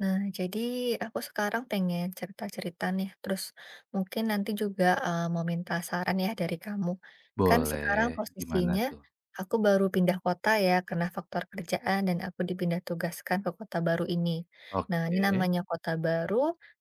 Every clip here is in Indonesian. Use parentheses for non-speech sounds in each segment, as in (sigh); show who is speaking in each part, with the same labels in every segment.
Speaker 1: Nah, jadi aku sekarang pengen cerita-cerita nih, terus mungkin nanti juga mau minta saran ya dari kamu. Kan sekarang
Speaker 2: Boleh, gimana
Speaker 1: posisinya
Speaker 2: tuh?
Speaker 1: aku baru pindah kota ya, karena faktor kerjaan dan aku dipindah tugaskan ke kota baru ini. Nah, ini
Speaker 2: Oke,
Speaker 1: namanya kota baru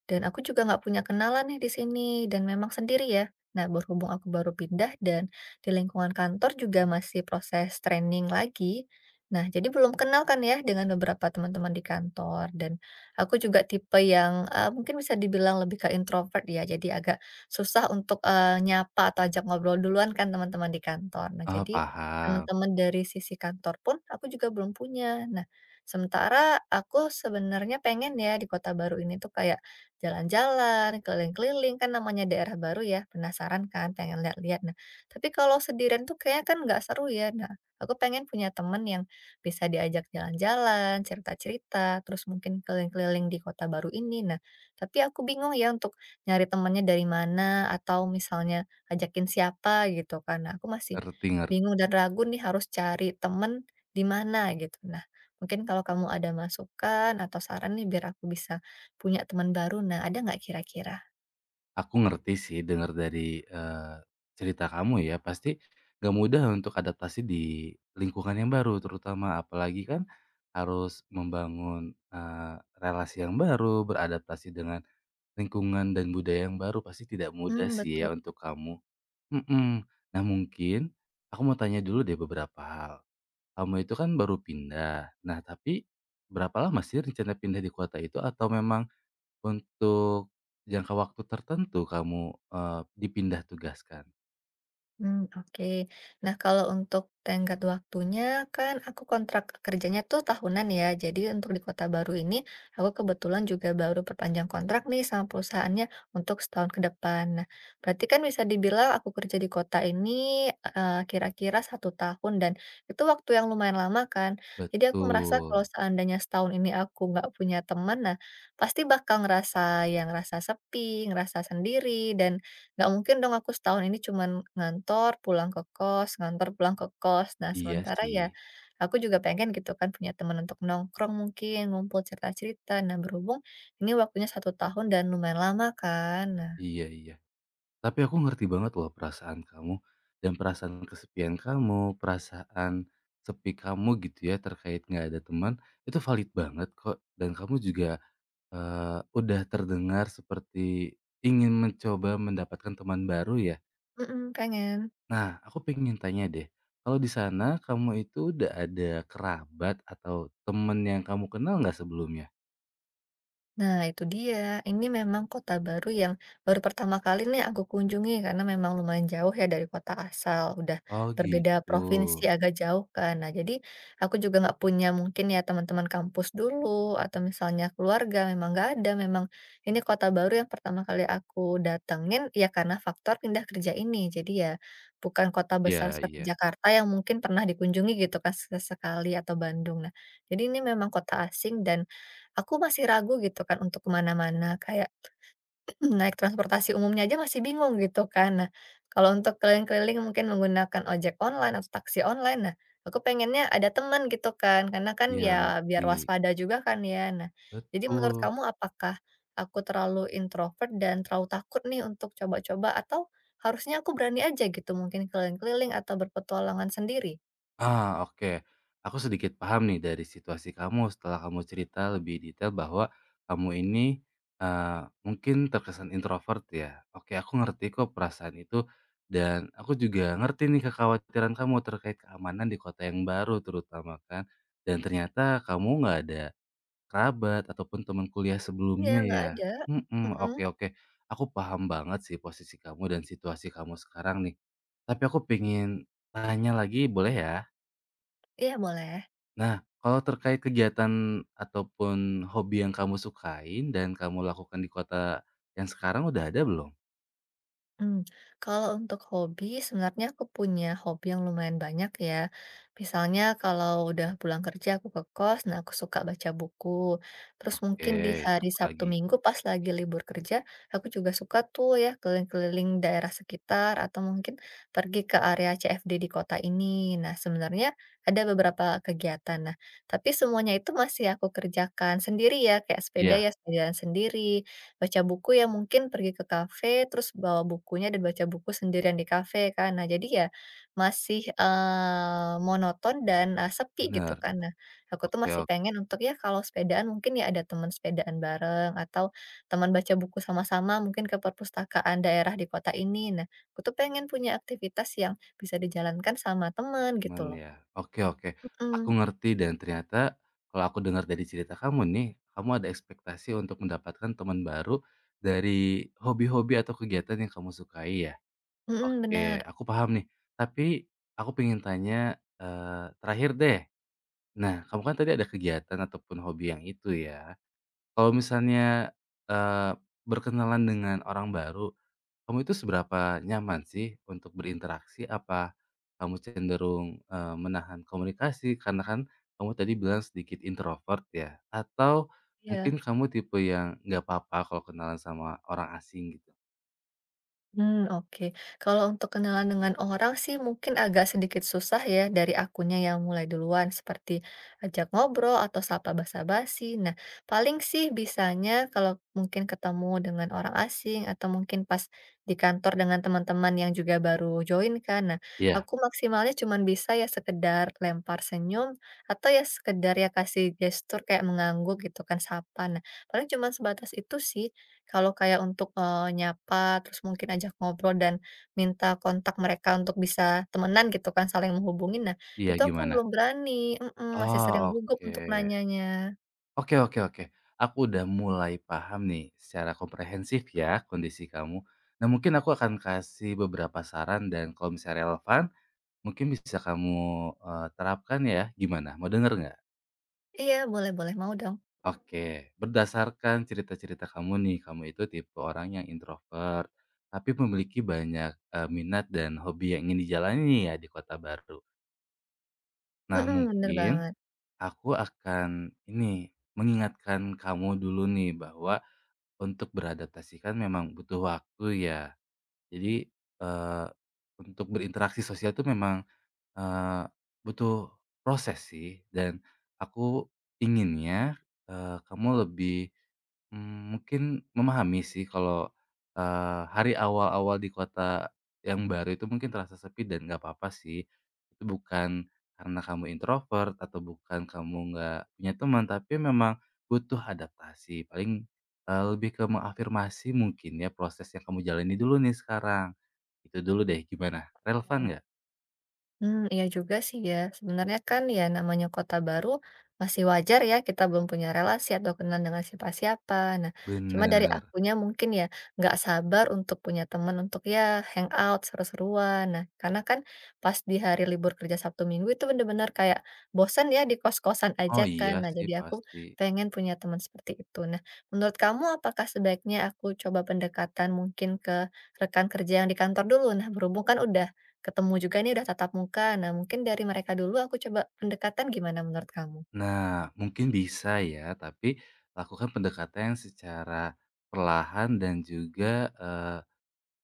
Speaker 1: dan aku juga nggak punya kenalan nih di sini dan memang sendiri ya. Nah, berhubung aku baru pindah dan di lingkungan kantor juga masih proses training lagi. Nah, jadi belum kenal kan ya dengan beberapa teman-teman di kantor dan aku juga tipe yang, mungkin bisa dibilang lebih ke introvert ya, jadi agak susah untuk, nyapa atau ajak ngobrol duluan kan teman-teman di kantor. Nah, jadi
Speaker 2: paham,
Speaker 1: teman-teman dari sisi kantor pun aku juga belum punya. Nah, sementara aku sebenarnya pengen ya di kota baru ini tuh kayak jalan-jalan, keliling-keliling, kan namanya daerah baru ya, penasaran kan, pengen lihat-lihat. Nah, tapi kalau sendirian tuh kayaknya kan nggak seru ya. Nah, aku pengen punya teman yang bisa diajak jalan-jalan, cerita-cerita, terus mungkin keliling-keliling di kota baru ini. Nah, tapi aku bingung ya untuk nyari temennya dari mana atau misalnya ajakin siapa gitu karena aku masih
Speaker 2: ngerti ngerti.
Speaker 1: bingung dan ragu nih harus cari temen di mana gitu. Nah, mungkin kalau kamu ada masukan atau saran nih biar aku bisa punya teman baru. Nah, ada nggak kira-kira?
Speaker 2: Aku ngerti sih dengar dari, cerita kamu ya, pasti gak mudah untuk adaptasi di lingkungan yang baru, terutama apalagi kan harus membangun, relasi yang baru, beradaptasi dengan lingkungan dan budaya yang baru, pasti tidak mudah
Speaker 1: Hmm,
Speaker 2: sih
Speaker 1: betul.
Speaker 2: ya untuk kamu. Mhm. Nah mungkin, aku mau tanya dulu deh beberapa hal. Kamu itu kan baru pindah. Nah, tapi berapa lama sih rencana pindah di kota itu? Atau memang untuk jangka waktu tertentu kamu, dipindah tugaskan?
Speaker 1: Mmm, oke. Nah, kalau untuk tenggat waktunya kan aku kontrak kerjanya tuh tahunan ya. Jadi untuk di kota baru ini, aku kebetulan juga baru perpanjang kontrak nih sama perusahaannya untuk setahun ke depan. Nah, berarti kan bisa dibilang aku kerja di kota ini, kira-kira satu tahun dan itu waktu yang lumayan lama kan. Jadi aku merasa kalau
Speaker 2: Betul.
Speaker 1: seandainya setahun ini aku nggak punya teman, nah pasti bakal ngerasa yang ngerasa sepi, ngerasa sendiri dan nggak mungkin dong aku setahun ini cuman ngantor, pulang ke kos, ngantor, pulang ke kos. Nah,
Speaker 2: Iya
Speaker 1: sementara
Speaker 2: sih.
Speaker 1: ya aku juga pengen gitu kan punya teman untuk nongkrong mungkin, ngumpul cerita-cerita. Nah, berhubung ini waktunya satu tahun dan lumayan lama kan. Nah,
Speaker 2: Iya iya. Tapi aku ngerti banget loh perasaan kamu dan perasaan kesepian kamu, perasaan sepi kamu gitu ya terkait nggak ada teman, itu valid banget kok dan kamu juga, udah terdengar seperti ingin mencoba mendapatkan teman baru ya?
Speaker 1: mhm, pengen.
Speaker 2: Nah, aku pengen tanya deh, kalau di sana kamu itu udah ada kerabat atau temen yang kamu kenal nggak sebelumnya?
Speaker 1: Nah, itu dia. Ini memang kota baru yang baru pertama kali nih aku kunjungi karena memang lumayan jauh ya dari kota asal. Udah
Speaker 2: Oh
Speaker 1: berbeda
Speaker 2: gitu,
Speaker 1: provinsi agak jauh kan. Nah, jadi aku juga nggak punya mungkin ya teman-teman kampus dulu atau misalnya keluarga memang nggak ada. Memang ini kota baru yang pertama kali aku datengin ya karena faktor pindah kerja ini. Jadi ya bukan kota
Speaker 2: iya
Speaker 1: besar seperti
Speaker 2: iya,
Speaker 1: Jakarta yang mungkin pernah dikunjungi gitu kan sesekali atau Bandung. Nah, jadi ini memang kota asing dan aku masih ragu gitu kan untuk kemana mana kayak (clears throat) naik transportasi umumnya aja masih bingung gitu kan. Nah, kalau untuk keliling-keliling mungkin menggunakan ojek online atau taksi online, nah aku pengennya ada teman gitu kan, karena kan
Speaker 2: iya
Speaker 1: ya biar
Speaker 2: ngerti,
Speaker 1: waspada juga kan ya. Nah, jadi menurut
Speaker 2: betul.
Speaker 1: kamu apakah aku terlalu introvert dan terlalu takut nih untuk coba-coba atau harusnya aku berani aja gitu mungkin keliling-keliling atau berpetualangan sendiri?
Speaker 2: Ah, oke. Aku sedikit paham nih dari situasi kamu setelah kamu cerita lebih detail bahwa kamu ini, mungkin terkesan introvert ya. Oke, aku ngerti kok perasaan itu dan aku juga ngerti nih kekhawatiran kamu terkait keamanan di kota yang baru terutama kan, dan ternyata kamu nggak ada kerabat ataupun teman kuliah
Speaker 1: Iya,
Speaker 2: sebelumnya
Speaker 1: nggak
Speaker 2: ya.
Speaker 1: ada.
Speaker 2: Mhm,
Speaker 1: Mhm,
Speaker 2: oke oke. Aku paham banget sih posisi kamu dan situasi kamu sekarang nih. Tapi aku pengen tanya lagi boleh ya?
Speaker 1: iya boleh.
Speaker 2: Nah, kalau terkait kegiatan ataupun hobi yang kamu sukain dan kamu lakukan di kota yang sekarang udah ada belum?
Speaker 1: Mmm, kalau untuk hobi, sebenarnya aku punya hobi yang lumayan banyak ya. Misalnya kalau udah pulang kerja aku ke kos, nah aku suka baca buku. Terus
Speaker 2: Oke,
Speaker 1: mungkin di hari Sabtu
Speaker 2: apalagi?
Speaker 1: Minggu pas lagi libur kerja, aku juga suka tuh ya keliling-keliling daerah sekitar atau mungkin pergi ke area CFD di kota ini. Nah sebenarnya ada beberapa kegiatan, nah tapi semuanya itu masih aku kerjakan sendiri ya, kayak sepeda
Speaker 2: Iya,
Speaker 1: ya sepedaan sendiri, baca buku ya mungkin pergi ke kafe, terus bawa bukunya dan baca buku sendirian di kafe kan. Nah jadi ya masih, monoton dan, sepi gitu
Speaker 2: benar.
Speaker 1: kan. Nah aku tuh
Speaker 2: Oke
Speaker 1: masih
Speaker 2: oke,
Speaker 1: pengen untuk ya kalau sepedaan mungkin ya ada teman sepedaan bareng atau teman baca buku sama-sama mungkin ke perpustakaan daerah di kota ini. Nah aku tuh pengen punya aktivitas yang bisa dijalankan sama teman gitu
Speaker 2: temen
Speaker 1: loh.
Speaker 2: ya. Oke oke, aku
Speaker 1: Mhm,
Speaker 2: ngerti dan ternyata kalau aku dengar dari cerita kamu nih, kamu ada ekspektasi untuk mendapatkan teman baru dari hobi-hobi atau kegiatan yang kamu sukai ya?
Speaker 1: mhm,
Speaker 2: Oke,
Speaker 1: bener,
Speaker 2: aku paham nih. Tapi aku pengen tanya, terakhir deh. Nah, kamu kan tadi ada kegiatan ataupun hobi yang itu ya. Kalau misalnya, eee, berkenalan dengan orang baru, kamu itu seberapa nyaman sih untuk berinteraksi? Apa kamu cenderung, menahan komunikasi? Karena kan kamu tadi bilang sedikit introvert ya? Atau
Speaker 1: iya.
Speaker 2: mungkin kamu tipe yang nggak apa-apa kalau kenalan sama orang asing gitu?
Speaker 1: Hmm, oke. Kalau untuk kenalan dengan orang sih mungkin agak sedikit susah ya dari akunya yang mulai duluan, seperti ajak ngobrol atau sapa basa-basi. Nah, paling sih bisanya kalau mungkin ketemu dengan orang asing atau mungkin pas di kantor dengan teman-teman yang juga baru join kan. Nah,
Speaker 2: Iya
Speaker 1: aku maksimalnya cuman bisa ya sekedar lempar senyum atau ya sekedar ya kasih gestur kayak mengangguk gitu kan, sapa. Nah, paling cuman sebatas itu sih. Kalau kayak untuk, nyapa, terus mungkin ajak ngobrol dan minta kontak mereka untuk bisa temenan gitu kan, saling menghubungin. Nah,
Speaker 2: iya,
Speaker 1: itu aku
Speaker 2: gimana?
Speaker 1: belum berani, mhm, masih sering
Speaker 2: Oh,
Speaker 1: gugup untuk
Speaker 2: oke.
Speaker 1: nanyanya.
Speaker 2: Oke. Aku udah mulai paham nih secara komprehensif ya kondisi kamu. Nah mungkin aku akan kasih beberapa saran dan kalau misalnya relevan, mungkin bisa kamu, terapkan ya. Gimana, mau denger nggak?
Speaker 1: Iya, boleh boleh, mau dong.
Speaker 2: Oke. Berdasarkan cerita-cerita kamu nih, kamu itu tipe orang yang introvert, tapi memiliki banyak, minat dan hobi yang ingin dijalani ya di kota baru. Nah
Speaker 1: Mhm, bener
Speaker 2: mungkin,
Speaker 1: banget.
Speaker 2: aku akan ini, mengingatkan kamu dulu nih bahwa untuk beradaptasi kan memang butuh waktu ya. Jadi, eee, untuk berinteraksi sosial itu memang, eee, butuh proses sih dan aku inginnya, kamu lebih mungkin memahami sih kalau, hari awal-awal di kota yang baru itu mungkin terasa sepi dan nggak apa-apa sih. Itu bukan karena kamu introvert atau bukan kamu nggak punya teman, tapi memang butuh adaptasi. Paling, lebih ke mengafirmasi mungkin ya proses yang kamu jalani dulu nih sekarang. Itu dulu deh, gimana? Relevan nggak?
Speaker 1: Hmm, iya juga sih ya. Sebenarnya kan ya namanya kota baru masih wajar ya kita belum punya relasi atau kenal dengan siapa-siapa. Nah, cuma dari
Speaker 2: Bener.
Speaker 1: akunya mungkin ya nggak sabar untuk punya teman untuk ya hangout, seru-seruan. Nah, karena kan pas di hari libur kerja Sabtu Minggu itu bener-bener kayak bosan ya di kos-kosan aja
Speaker 2: Oh
Speaker 1: kan.
Speaker 2: iya
Speaker 1: Nah,
Speaker 2: sih,
Speaker 1: jadi aku
Speaker 2: pasti.
Speaker 1: pengen punya teman seperti itu. Nah, menurut kamu apakah sebaiknya aku coba pendekatan mungkin ke rekan kerja yang di kantor dulu? Nah, berhubung kan udah ketemu juga nih udah tatap muka. Nah, mungkin dari mereka dulu aku coba pendekatan gimana menurut kamu?
Speaker 2: Nah, mungkin bisa ya, tapi lakukan pendekatan yang secara perlahan dan juga,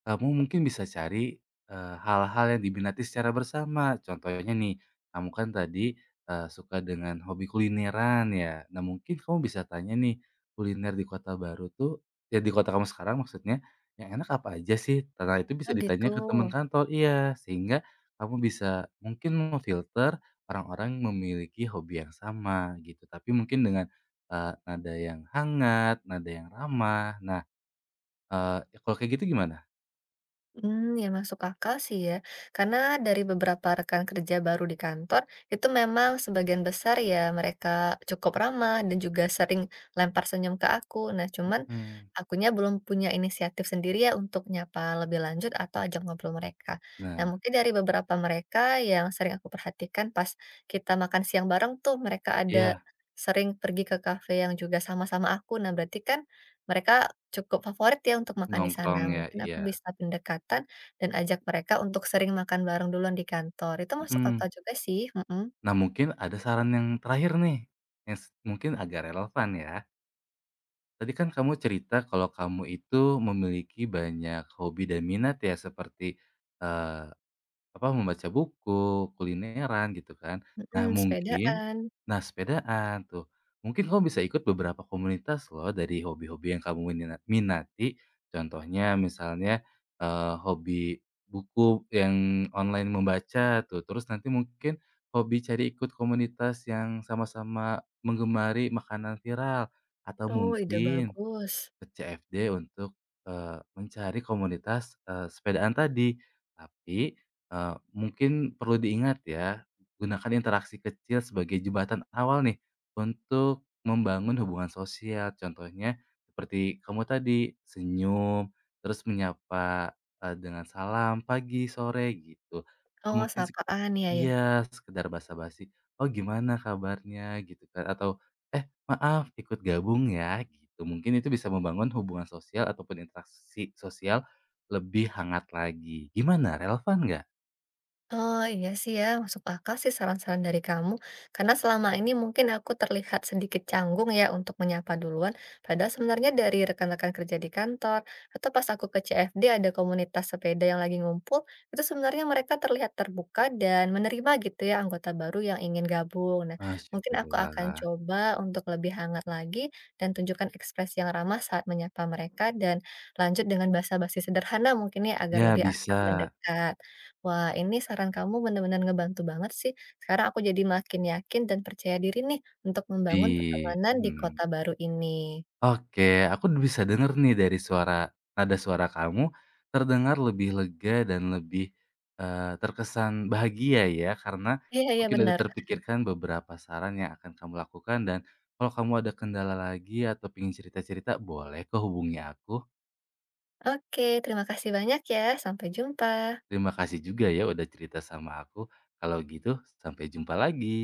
Speaker 2: kamu mungkin bisa cari, hal-hal yang diminati secara bersama. Contohnya nih, kamu kan tadi, suka dengan hobi kulineran ya. Nah, mungkin kamu bisa tanya nih, kuliner di kota baru tuh ya di kota kamu sekarang maksudnya, yang enak apa aja sih? Karena itu bisa
Speaker 1: Oh gitu.
Speaker 2: ditanya ke teman kantor iya, sehingga kamu bisa mungkin memfilter orang-orang yang memiliki hobi yang sama gitu. Tapi mungkin dengan, nada yang hangat, nada yang ramah. Nah, kalau kayak gitu gimana?
Speaker 1: Hmm, ya masuk akal sih ya, karena dari beberapa rekan kerja baru di kantor, itu memang sebagian besar ya mereka cukup ramah dan juga sering lempar senyum ke aku. Nah, cuman
Speaker 2: Mmm.
Speaker 1: akunya belum punya inisiatif sendiri ya untuk nyapa lebih lanjut atau ajak ngobrol mereka. Nah,
Speaker 2: Nah,
Speaker 1: mungkin dari beberapa mereka yang sering aku perhatikan pas kita makan siang bareng tuh, mereka ada
Speaker 2: iya,
Speaker 1: sering pergi ke kafe yang juga sama-sama aku. Nah, berarti kan mereka cukup favorit ya untuk makan di
Speaker 2: nongkrong
Speaker 1: sana.
Speaker 2: ya,
Speaker 1: Mungkin aku
Speaker 2: iya,
Speaker 1: bisa pendekatan dan ajak mereka untuk sering makan bareng duluan di kantor. Itu masuk
Speaker 2: mhm.
Speaker 1: akal juga sih, mhm,
Speaker 2: Nah, mungkin ada saran yang terakhir nih, yang s mungkin agak relevan ya. Tadi kan kamu cerita kalau kamu itu memiliki banyak hobi dan minat ya seperti, eh, apa, membaca buku, kulineran gitu kan. Nah
Speaker 1: mhm,
Speaker 2: mungkin
Speaker 1: sepedaan.
Speaker 2: nah, sepedaan tuh, mungkin kamu bisa ikut beberapa komunitas loh dari hobi-hobi yang kamu minat minati. Contohnya misalnya, hobi buku yang online membaca tuh, terus nanti mungkin hobi cari ikut komunitas yang sama-sama menggemari makanan viral, atau
Speaker 1: Oh, ide
Speaker 2: mungkin
Speaker 1: bagus.
Speaker 2: ke CFD untuk, mencari komunitas, sepedaan tadi. Tapi, mungkin perlu diingat ya, gunakan interaksi kecil sebagai jembatan awal nih untuk membangun hubungan sosial. Contohnya seperti kamu tadi, senyum, terus menyapa, dengan salam pagi, sore, gitu. Atau
Speaker 1: Oh,
Speaker 2: mungkin
Speaker 1: sapaan, ya, ya.
Speaker 2: iya, sekedar basa-basi, "Oh, gimana kabarnya?" Gitu kan, atau, "Eh, maaf, ikut gabung ya," gitu. Mungkin itu bisa membangun hubungan sosial ataupun interaksi sosial lebih hangat lagi. Gimana, relevan nggak?
Speaker 1: Oh, iya sih ya, masuk akal sih saran-saran dari kamu. Karena selama ini mungkin aku terlihat sedikit canggung ya untuk menyapa duluan. Padahal sebenarnya dari rekan-rekan kerja di kantor, atau pas aku ke CFD ada komunitas sepeda yang lagi ngumpul, itu sebenarnya mereka terlihat terbuka dan menerima gitu ya anggota baru yang ingin gabung. Nah,
Speaker 2: Ah,
Speaker 1: mungkin aku akan
Speaker 2: syukurlah.
Speaker 1: coba untuk lebih hangat lagi dan tunjukkan ekspresi yang ramah saat menyapa mereka dan lanjut dengan bahasa basi sederhana mungkin ya agar
Speaker 2: Ya
Speaker 1: lebih
Speaker 2: bisa,
Speaker 1: akrab dan dekat. Wah, ini saran kamu benar-benar ngebantu banget sih. Sekarang aku jadi makin yakin dan percaya diri nih untuk
Speaker 2: di
Speaker 1: membangun pertemanan di
Speaker 2: mhm.
Speaker 1: kota baru ini.
Speaker 2: Oke, aku bisa denger nih dari suara nada suara kamu, terdengar lebih lega dan lebih, terkesan bahagia ya, karena
Speaker 1: Iya, iya
Speaker 2: mungkin udah
Speaker 1: benar.
Speaker 2: terpikirkan beberapa saran yang akan kamu lakukan dan kalau kamu ada kendala lagi atau ingin cerita-cerita, boleh kok hubungi aku.
Speaker 1: Oke, terima kasih banyak ya. Sampai jumpa.
Speaker 2: Terima kasih juga ya udah cerita sama aku. Kalau gitu sampai jumpa lagi.